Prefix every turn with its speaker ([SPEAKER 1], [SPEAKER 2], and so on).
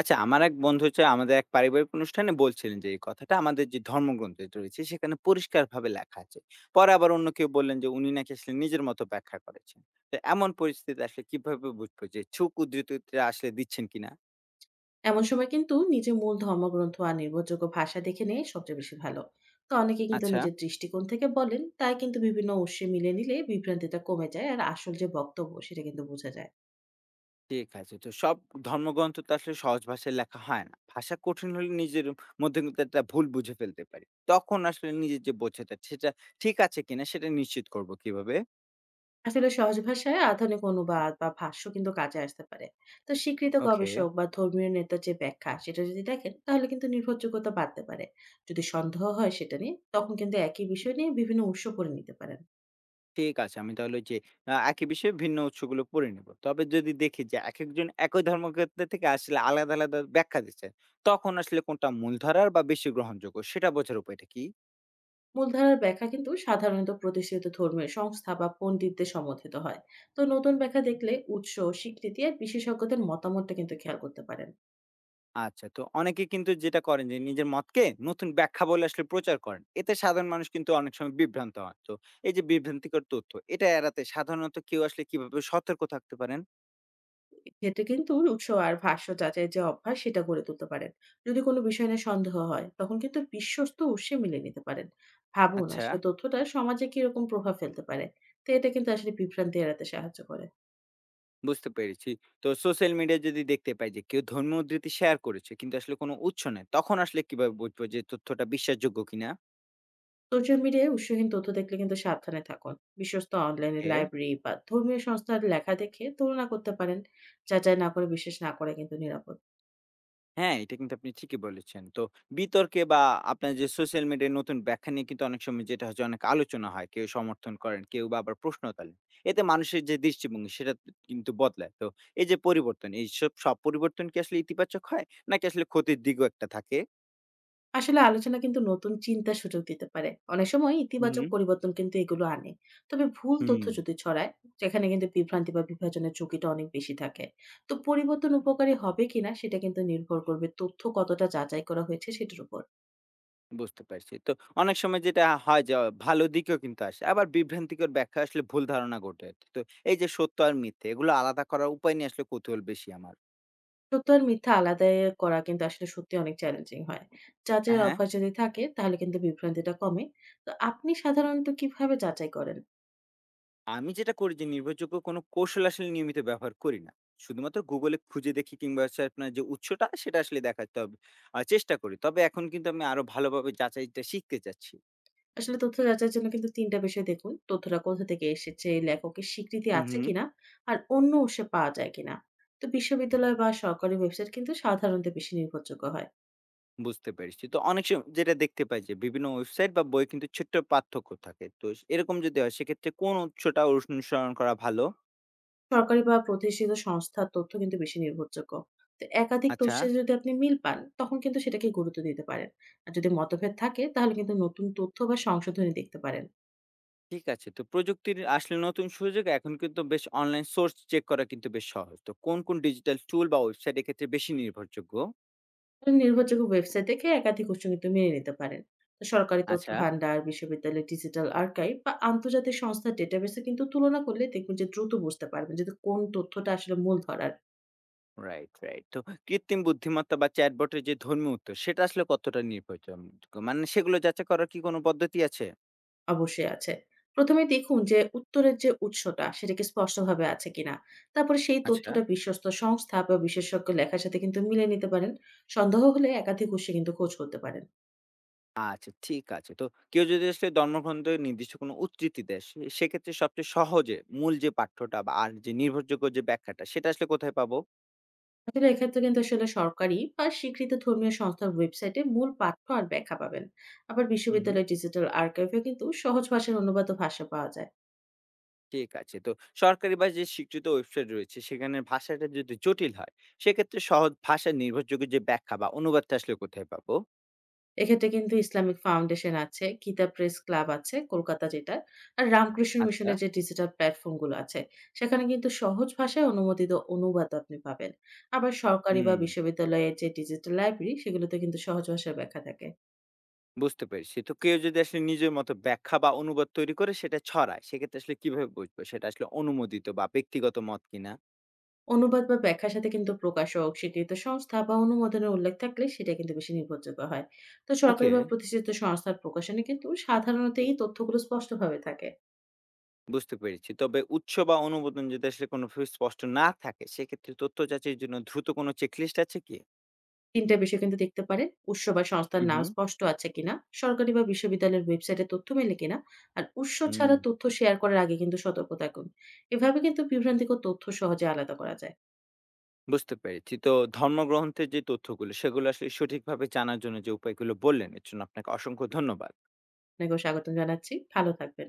[SPEAKER 1] আচ্ছা, আমার এক বন্ধু হচ্ছে আমাদের এক পারিবারিক অনুষ্ঠানে বলছিলেন যে এই কথাটা আমাদের যে ধর্মগ্রন্থ যেটা রয়েছে সেখানে পরিষ্কারভাবে লেখা আছে। পরে আবার অন্য কেউ বললেন যে উনি নাকি আসলে নিজের মতো ব্যাখ্যা করেছেন। তো এমন পরিস্থিতিতে আসলে কিভাবে বুঝবো যে ছুক উদ্ধৃতিটা আসলে দিচ্ছেন কিনা?
[SPEAKER 2] এমন সময় কিন্তু নিজের মূল ধর্মগ্রন্থ আর নির্ভরযোগ্য ভাষা দেখে নেয় সবচেয়ে বেশি ভালো। তো অনেকে কিন্তু
[SPEAKER 1] আচ্ছা,
[SPEAKER 2] নিজের দৃষ্টিকোণ থেকে বলেন, তাই কিন্তু বিভিন্ন উৎসে মিলে নিলে বিভ্রান্তিটা কমে যায় আর আসল যে বক্তব্য সেটা কিন্তু বোঝা যায়।
[SPEAKER 1] ঠিক আছে। তো সব ধর্মগ্রন্থ তো আসলে সহজ ভাষায় লেখা হয় না। ভাষা কঠিন হলে নিজের মধ্যে কিন্তু একটা ভুল বুঝে ফেলতে পারি। তখন আসলে নিজের যে বোঝাটা সেটা ঠিক আছে কিনা সেটা নিশ্চিত করব কিভাবে?
[SPEAKER 2] আসলে সহজ ভাষায় আধুনিক অনুবাদ বা ভাষ্য কিন্তু কাজে আসতে পারে। তো স্বীকৃত
[SPEAKER 1] ওকে।
[SPEAKER 2] গবেষক বা ধর্মীয় নেতার যে ব্যাখ্যা সেটা যদি দেখেন তাহলে কিন্তু নির্ভরযোগ্যতা বাড়তে পারে। যদি সন্দেহ হয় সেটা নিয়ে তখন কিন্তু একই বিষয় নিয়ে বিভিন্ন উৎস পড়ে নিতে পারেন।
[SPEAKER 1] ঠিক আছে। আমি তাহলে ওই যে একই বিষয়ে ভিন্ন উৎসগুলো পড়ে নেব। তবে যদি দেখি যে একেকজন একই ধর্মক্ষেত্র থেকে আসলে আলাদা আলাদা ব্যাখ্যা দিচ্ছেন, তখন আসলে কোনটা মূলধারার বা বেশি গ্রহণযোগ্য সেটা বোঝার উপায়টা কি?
[SPEAKER 2] মূলধারার ব্যাখ্যা কিন্তু সাধারণত প্রতিষ্ঠিত ধর্মীয় সংস্থা বা পণ্ডিতদের সমর্থিত হয়। তো নতুন ব্যাখ্যা দেখলে উৎস স্বীকৃতি আর বিশেষজ্ঞদের মতামতটা কিন্তু খেয়াল করতে পারেন।
[SPEAKER 1] আচ্ছা, তো অনেকে কিন্তু যেটা করেন যে নিজের মতকে নতুন ব্যাখ্যা বলে আসলে প্রচার করেন। এতে সাধারণ মানুষ কিন্তু অনেক সময় বিভ্রান্ত হয়। তো এই যে বিভ্রান্তিকর তথ্য, এটা এড়াতে সাধারণত কেউ আসলে কিভাবে সতর্ক থাকতে পারেন?
[SPEAKER 2] এক্ষেত্রে কিন্তু উৎস আর ভাষ্য যাচাইয়ের যে অভ্যাস সেটা গড়ে তুলতে পারেন। যদি কোনো বিষয় নিয়ে সন্দেহ হয় তখন কিন্তু বিশ্বস্ত উৎসে মিলিয়ে নিতে পারেন। ভাবুন
[SPEAKER 1] আচ্ছা।
[SPEAKER 2] আসলে তথ্যটা সমাজে কিরকম প্রভাব ফেলতে পারে। তো এটা কিন্তু আসলে বিভ্রান্তি এড়াতে সাহায্য করে।
[SPEAKER 1] বুঝতে পেরেছি। তো সোশ্যাল মিডিয়ায় যদি দেখতে পাই যে কেউ ধর্মীয় উদ্ধৃতি শেয়ার করেছে কিন্তু আসলে কোনো উৎস নাই, তখন আসলে কিভাবে বুঝবো যে তথ্যটা বিশ্বাসযোগ্য কিনা?
[SPEAKER 2] সোশ্যাল মিডিয়ায় উৎসহীন তথ্য দেখলে কিন্তু সাবধানে থাকুন। বিশ্বস্ত অনলাইনে
[SPEAKER 1] ওকে।
[SPEAKER 2] লাইব্রেরি বা ধর্মীয় সংস্থার লেখা দেখে তুলনা করতে পারেন। যাচাই না করে বিশ্বাস না করা কিন্তু নিরাপদ।
[SPEAKER 1] হ্যাঁ, এটা কিন্তু আপনি ঠিকই বলেছেন। তো বিতর্কে বা আপনার যে সোশ্যাল মিডিয়ায় নতুন ব্যাখ্যা নিয়ে কিন্তু অনেক সময় যেটা হচ্ছে অনেক আলোচনা হয়। কেউ সমর্থন করেন, কেউ বা আবার প্রশ্ন তোলেন। এতে মানুষের যে দৃষ্টিভঙ্গি সেটা কিন্তু বদলায়। তো এই যে পরিবর্তন, এইসব সব পরিবর্তন কি আসলে ইতিবাচক হয়? নাকি আসলে ক্ষতির দিকও একটা থাকে?
[SPEAKER 2] আসলে আলোচনা কিন্তু নতুন চিন্তার সুযোগ দিতে পারে। অনেক সময়
[SPEAKER 1] হুম,
[SPEAKER 2] ইতিবাচক
[SPEAKER 1] হুম।
[SPEAKER 2] পরিবর্তন কিন্তু এগুলো আনে। তবে ভুল তথ্য
[SPEAKER 1] হুম।
[SPEAKER 2] যদি ছড়ায়, সেখানে কিন্তু বিভ্রান্তি বা বিভাজনের ঝুঁকিটা অনেক বেশি থাকে। তো পরিবর্তন উপকারী হবে কিনা সেটা কিন্তু নির্ভর করবে তথ্য কতটা যাচাই করা হয়েছে সেটার উপর।
[SPEAKER 1] বুঝতে পারছি। তো অনেক সময় যেটা হয় যে, ভালো দিকেও কিন্তু আসে। আবার বিভ্রান্তিকর ব্যাখ্যা আসলে ভুল ধারণা ঘটে। তো এই যে সত্য আর মিথ্যে এগুলো আলাদা করার উপায় নিয়ে আসলে কৌতূহল বেশি আমার।
[SPEAKER 2] সত্য আর মিথ্যা আলাদা করা কিন্তু আসলে সত্যি অনেক চ্যালেঞ্জিং হয়। যাচাইয়ের
[SPEAKER 1] হ্যাঁ,
[SPEAKER 2] অভ্যাস যদি থাকে তাহলে কিন্তু বিভ্রান্তিটা কমে। তো আপনি সাধারণত কিভাবে যাচাই করেন?
[SPEAKER 1] আমি যেটা করি যে নির্ভরযোগ্য কোনো কৌশল আসলে নিয়মিত ব্যবহার করি না। শুধুমাত্র Google এ খুঁজে দেখি কিংবা হচ্ছে আপনার যে উৎসটা সেটা আসলে দেখাতে হবে। চেষ্টা করি। তবে এখন কিন্তু আমি আরো ভালোভাবে যাচাইটা শিখতে চাচ্ছি।
[SPEAKER 2] আসলে তথ্য যাচাইয়ের জন্য কিন্তু ৩ টা বিষয় দেখুন। তথ্যটা কোথা থেকে এসেছে, লেখকের স্বীকৃতি
[SPEAKER 1] হু,
[SPEAKER 2] আছে
[SPEAKER 1] হু।
[SPEAKER 2] কিনা, আর অন্য উৎসে পাওয়া যায় কিনা। তো বিশ্ববিদ্যালয় বা সরকারি ওয়েবসাইট কিন্তু সাধারণত বেশি নির্ভরযোগ্য হয়।
[SPEAKER 1] বুঝতে পেরেছি। তো অনেক সময় যেটা দেখতে পাই যে বিভিন্ন ওয়েবসাইট বা বই কিন্তু ছোট্ট পার্থক্য থাকে। তো এরকম যদি হয় সেক্ষেত্রে কোন উৎসটা অনুসরণ করা ভালো?
[SPEAKER 2] সরকারি বা প্রতিষ্ঠিত সংস্থার তথ্য কিন্তু বেশি নির্ভরযোগ্য। তো একাধিক
[SPEAKER 1] আচ্ছা,
[SPEAKER 2] তথ্যের যদি আপনি মিল পান, তখন কিন্তু সেটাকে গুরুত্ব দিতে পারেন। আর যদি মতভেদ থাকে তাহলে কিন্তু নতুন তথ্য বা সংশোধনী দেখতে পারেন।
[SPEAKER 1] ঠিক আছে। তো প্রযুক্তির আসলে নতুন সুযোগ এখন কিন্তু বেশ অনলাইন সোর্স চেক করা কিন্তু বেশ সহজ। তো কোন কোন ডিজিটাল টুল বা ওয়েবসাইট এক্ষেত্রে বেশি নির্ভরযোগ্য?
[SPEAKER 2] তো নির্ভরযোগ্য ওয়েবসাইট থেকে একাধিক উৎস কিন্তু মেনে নিতে পারেন। তো সরকারি তথ্য
[SPEAKER 1] আচ্ছা,
[SPEAKER 2] ভান্ডার, বিশ্ববিদ্যালয়ের ডিজিটাল আর্কাইভ বা আন্তর্জাতিক সংস্থার ডেটাবেসে কিন্তু তুলনা করলে দেখবেন যে দ্রুত বুঝতে পারবেন যে কোন তথ্যটা আসলে মূল ধরার।
[SPEAKER 1] Right, right. তো কৃত্রিম বুদ্ধিমত্তা বা চ্যাটবটের যে ধর্মীয় উত্তর সেটা আসলে কতটা নির্ভরযোগ্য? মানে সেগুলো যাচাই করার কি কোন পদ্ধতি আছে?
[SPEAKER 2] অবশ্যই আছে। ১ম এ দেখুন যে উত্তরের যে উৎসটা সেটা কি স্পষ্টভাবে আছে কিনা। তারপরে সেই
[SPEAKER 1] আচ্ছা।
[SPEAKER 2] তথ্যটা বিশ্বস্ত সংস্থা বা বিশেষজ্ঞের লেখার সাথে কিন্তু মিলিয়ে নিতে পারেন। সন্দেহ হলে একাধিক উৎসে কিন্তু খোঁজ করতে পারেন।
[SPEAKER 1] আচ্ছা ঠিক আছে। তো কেউ যদি আসলে ধর্মগ্রন্থে নির্দিষ্ট কোনো উদ্ধৃতি দেয়, সে সেক্ষেত্রে সবচেয়ে সহজে মূল যে পাঠ্যটা বা আর যে নির্ভরযোগ্য যে ব্যাখ্যাটা সেটা আসলে কোথায় পাবো?
[SPEAKER 2] আসলে এক্ষেত্রে কিন্তু আসলে সরকারি বা স্বীকৃত ধর্মীয় সংস্থার ওয়েবসাইটে মূল পাঠ্য আর ব্যাখ্যা পাবেন। আবার
[SPEAKER 1] হুম, হুম।
[SPEAKER 2] বিশ্ববিদ্যালয়ের ডিজিটাল আর্কাইভে কিন্তু সহজ ভাষার অনুবাদ ও ভাষ্য পাওয়া যায়।
[SPEAKER 1] ঠিক আছে। তো সরকারি বা যে স্বীকৃত ওয়েবসাইট রয়েছে সেখানে ভাষাটা যদি জটিল হয়, সেক্ষেত্রে সহজ ভাষায় নির্ভরযোগ্য যে ব্যাখ্যা বা অনুবাদটা আসলে কোথায় পাবো?
[SPEAKER 2] এক্ষেত্রে কিন্তু ইসলামিক ফাউন্ডেশন আছে, গীতা প্রেস ক্লাব আছে কলকাতা যেটা। আর রামকৃষ্ণ
[SPEAKER 1] আচ্ছা।
[SPEAKER 2] মিশনের যে ডিজিটাল প্ল্যাটফর্ম গুলো আছে, সেখানে কিন্তু সহজ ভাষায় অনুমোদিত অনুবাদ আপনি পাবেন। আবার সরকারি বা
[SPEAKER 1] হুম,
[SPEAKER 2] বিশ্ববিদ্যালয়ের যে ডিজিটাল লাইব্রেরি সেগুলোতে কিন্তু সহজ ভাষায় ব্যাখ্যা থাকে।
[SPEAKER 1] বুঝতে পেরেছি। তো কেউ যদি আসলে নিজের মতো ব্যাখ্যা বা অনুবাদ তৈরি করে সেটা ছড়ায়, সেক্ষেত্রে আসলে কিভাবে বুঝবো সেটা আসলে অনুমোদিত বা ব্যক্তিগত মত কিনা?
[SPEAKER 2] অনুবাদ বা ব্যাখ্যার সাথে কিন্তু প্রকাশক, স্বীকৃত সংস্থা বা অনুমোদনের উল্লেখ থাকলে সেটা কিন্তু বেশি নির্ভরযোগ্য হয়। তো সরকারি
[SPEAKER 1] ওকে।
[SPEAKER 2] বা প্রতিষ্ঠিত সংস্থার প্রকাশনে কিন্তু সাধারণত এই তথ্যগুলো স্পষ্টভাবে থাকে।
[SPEAKER 1] বুঝতে পেরেছি। তবে উৎস বা অনুমোদন যদি আসলে কোনোভাবে স্পষ্ট না থাকে, সেক্ষেত্রে তথ্য যাচাইয়ের জন্য দ্রুত কোনো চেকলিস্ট আছে কি?
[SPEAKER 2] ৩ টা বিষয় কিন্তু দেখতে পারেন। উৎস বা সংস্থার
[SPEAKER 1] হুম,
[SPEAKER 2] নাম
[SPEAKER 1] হুম।
[SPEAKER 2] স্পষ্ট আছে কিনা, সরকারি বা বিশ্ববিদ্যালয়ের ওয়েবসাইটে তথ্য মেলে কিনা, আর উৎস
[SPEAKER 1] হুম,
[SPEAKER 2] ছাড়া তথ্য শেয়ার করার আগে কিন্তু সতর্ক থাকুন। এভাবে কিন্তু বিভ্রান্তিকর তথ্য সহজে আলাদা করা যায়।
[SPEAKER 1] বুঝতে পেরেছি। তো ধর্মগ্রন্থের যে তথ্যগুলো, সেগুলো আসলে সঠিকভাবে জানার জন্য যে উপায়গুলো বললেন, এর জন্য আপনাকে অসংখ্য ধন্যবাদ।
[SPEAKER 2] আপনাকেও স্বাগতম জানাচ্ছি। ভালো থাকবেন।